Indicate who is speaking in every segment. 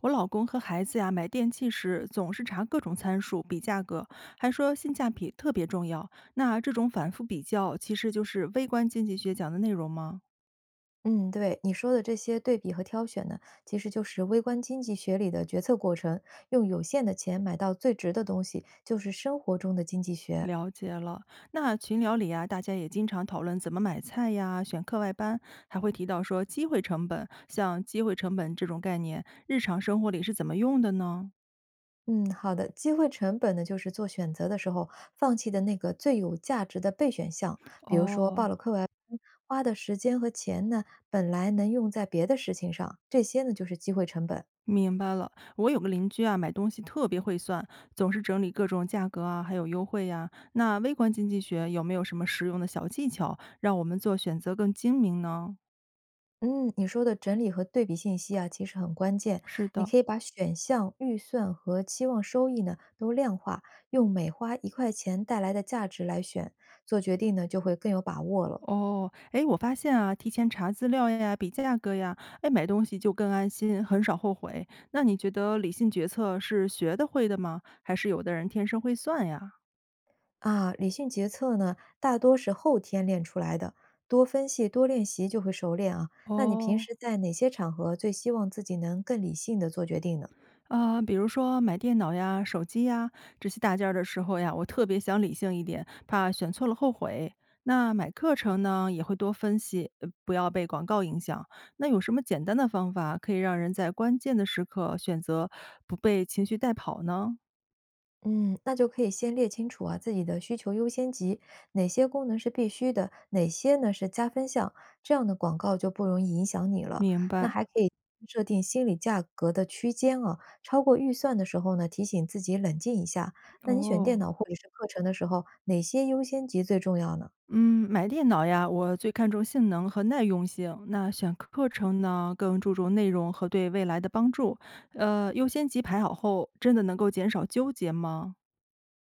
Speaker 1: 我老公和孩子呀买电器时总是查各种参数比价格，还说性价比特别重要。那这种反复比较，其实就是微观经济学讲的内容吗？
Speaker 2: 嗯，对，你说的这些对比和挑选呢，其实就是微观经济学里的决策过程，用有限的钱买到最值的东西，就是生活中的经济学。
Speaker 1: 了解了。那群聊里呀，大家也经常讨论怎么买菜呀，选课外班，还会提到说机会成本，像机会成本这种概念，日常生活里是怎么用的呢？
Speaker 2: 嗯，好的，机会成本呢，就是做选择的时候放弃的那个最有价值的备选项，比如说
Speaker 1: 哦，
Speaker 2: 报了课外班，花的时间和钱呢，本来能用在别的事情上，这些呢就是机会成本。
Speaker 1: 明白了，我有个邻居啊，买东西特别会算，总是整理各种价格啊，还有优惠呀、那微观经济学有没有什么实用的小技巧，让我们做选择更精明呢？
Speaker 2: 嗯，你说的整理和对比信息啊，其实很关键。
Speaker 1: 是
Speaker 2: 你
Speaker 1: 的，
Speaker 2: 可以把选项、预算和期望收益呢都量化，用每花一块钱带来的价值来选，做决定呢就会更有把握了。
Speaker 1: 哦，哎，我发现啊，提前查资料呀，比价格呀，哎，买东西就更安心，很少后悔。那你觉得理性决策是学得会的吗？还是有的人天生会算呀？
Speaker 2: 啊，理性决策呢大多是后天练出来的，多分析、多练习就会熟练啊。那你平
Speaker 1: 哦，
Speaker 2: 时在哪些场合最希望自己能更理性的做决定呢？
Speaker 1: 啊，比如说买电脑呀、手机呀这些大件儿的时候呀，我特别想理性一点，怕选错了后悔。那买课程呢，也会多分析，不要被广告影响。那有什么简单的方法可以让人在关键的时刻选择，不被情绪带跑呢？
Speaker 2: 嗯，那就可以先列清楚啊自己的需求优先级，哪些功能是必须的，哪些呢是加分项，这样的广告就不容易影响你了。
Speaker 1: 明
Speaker 2: 那
Speaker 1: 白。
Speaker 2: 还可以设定心理价格的区间啊，超过预算的时候呢，提醒自己冷静一下。那你选
Speaker 1: 哦。
Speaker 2: 电脑或者是课程的时候，哪些优先级最重要呢？
Speaker 1: 嗯，买电脑呀，我最看重性能和耐用性。那选课程呢，更注重内容和对未来的帮助。优先级排好后，真的能够减少纠结吗？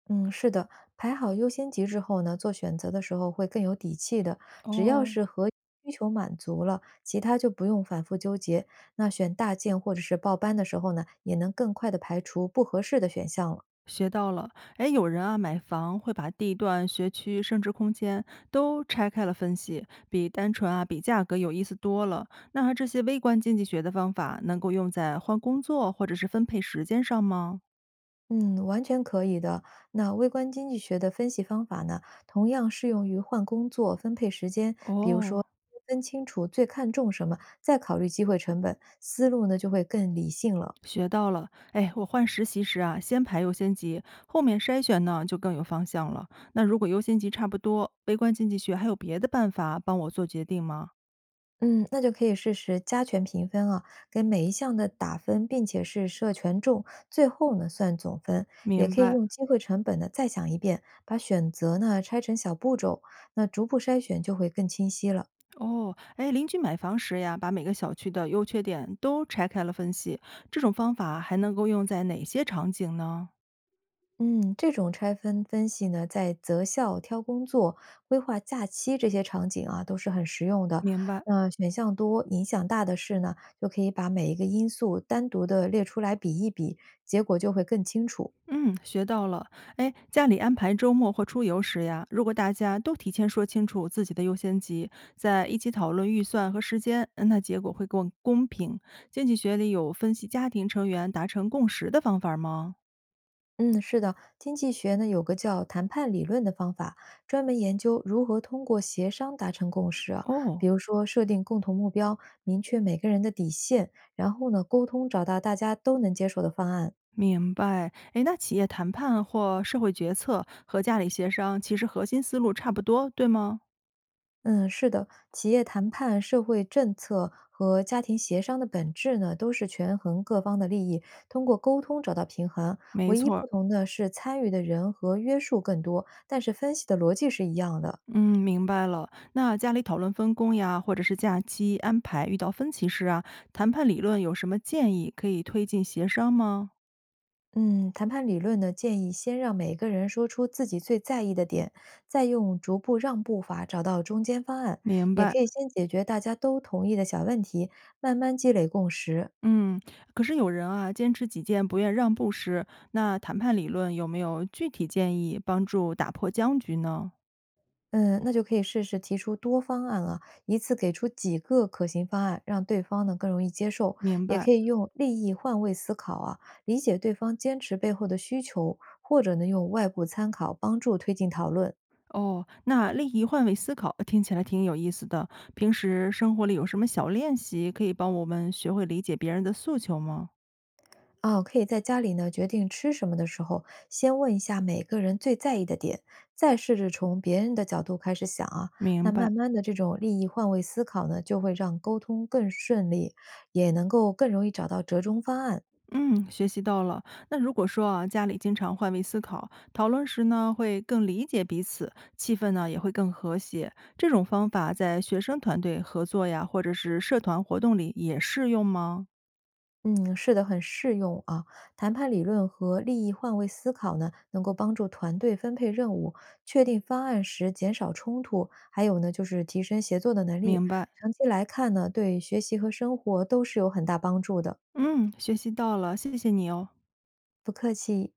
Speaker 2: 嗯，是的，排好优先级之后呢，做选择的时候会更有底气的。只要
Speaker 1: 哦，
Speaker 2: 是和需求满足了，其他就不用反复纠结。那选大件或者是报班的时候呢，也能更快的排除不合适的选项了。
Speaker 1: 学到了。哎，有人啊，买房会把地段、学区，升值空间都拆开了分析，比单纯啊比价格有意思多了。那这些微观经济学的方法能够用在换工作或者是分配时间上吗？
Speaker 2: 嗯，完全可以的。那微观经济学的分析方法呢，同样适用于换工作、分配时间，比如
Speaker 1: 哦，
Speaker 2: 说分清楚最看重什么，再考虑机会成本，思路呢就会更理性了。
Speaker 1: 学到了。哎，我换实习时啊，先排优先级，后面筛选呢就更有方向了。那如果优先级差不多，微观经济学还有别的办法帮我做决定吗？
Speaker 2: 嗯，那就可以试试加权评分啊，给每一项的打分，并且是设权重，最后呢算总分。也
Speaker 1: 明
Speaker 2: 可以
Speaker 1: 白。
Speaker 2: 用机会成本呢再想一遍，把选择呢拆成小步骤，那逐步筛选就会更清晰了。
Speaker 1: 哦，哎，邻居买房时呀，把每个小区的优缺点都拆开了分析，这种方法还能够用在哪些场景呢？
Speaker 2: 嗯，这种拆分分析呢，在择校、挑工作、规划假期这些场景啊，都是很实用的。
Speaker 1: 明白，
Speaker 2: 那选项多、影响大的事呢，就可以把每一个因素单独的列出来比一比，结果就会更清楚。
Speaker 1: 嗯，学到了。哎，家里安排周末或出游时呀，如果大家都提前说清楚自己的优先级，在一起讨论预算和时间，那结果会更公平。经济学里有分析家庭成员达成共识的方法吗？
Speaker 2: 嗯，是的，经济学呢有个叫谈判理论的方法，专门研究如何通过协商达成共识啊。
Speaker 1: 哦，
Speaker 2: 比如说设定共同目标，明确每个人的底线，然后呢沟通找到大家都能接受的方案。
Speaker 1: 明白，诶，那企业谈判或社会决策和家里协商，其实核心思路差不多，对吗？
Speaker 2: 嗯，是的，企业谈判、社会政策和家庭协商的本质呢，都是权衡各方的利益，通过沟通找到平衡。
Speaker 1: 没
Speaker 2: 唯一
Speaker 1: 错儿，
Speaker 2: 不同的是，参与的人和约束更多，但是分析的逻辑是一样的。
Speaker 1: 嗯，明白了。那家里讨论分工呀，或者是假期安排，遇到分歧时啊，谈判理论有什么建议可以推进协商吗？
Speaker 2: 嗯，谈判理论呢，建议先让每个人说出自己最在意的点，再用逐步让步法找到中间方案。
Speaker 1: 明
Speaker 2: 也
Speaker 1: 白，
Speaker 2: 可以先解决大家都同意的小问题，慢慢积累共识。
Speaker 1: 嗯。可是有人啊，坚持己见，不愿让步时，那谈判理论有没有具体建议帮助打破僵局呢？
Speaker 2: 嗯，那就可以试试提出多方案啊，一次给出几个可行方案，让对方呢更容易接受。
Speaker 1: 明
Speaker 2: 也
Speaker 1: 白。
Speaker 2: 可以用利益换位思考啊，理解对方坚持背后的需求，或者呢用外部参考帮助推进讨论。
Speaker 1: 哦，那利益换位思考听起来挺有意思的。平时生活里有什么小练习可以帮我们学会理解别人的诉求吗？
Speaker 2: 啊，可以在家里呢决定吃什么的时候，先问一下每个人最在意的点，再试着从别人的角度开始想啊。那
Speaker 1: 明白，
Speaker 2: 慢慢的这种利益换位思考呢，就会让沟通更顺利，也能够更容易找到折中方案。
Speaker 1: 嗯，学习到了。那如果说啊，家里经常换位思考，讨论时呢会更理解彼此，气氛呢也会更和谐。这种方法在学生团队合作呀，或者是社团活动里也适用吗？
Speaker 2: 嗯，是的，很适用啊。谈判理论和利益换位思考呢，能够帮助团队分配任务、确定方案时减少冲突，还有呢就是提升协作的能力。
Speaker 1: 明白，
Speaker 2: 长期来看呢，对学习和生活都是有很大帮助的。
Speaker 1: 嗯，学习到了，谢谢你哦。
Speaker 2: 不客气。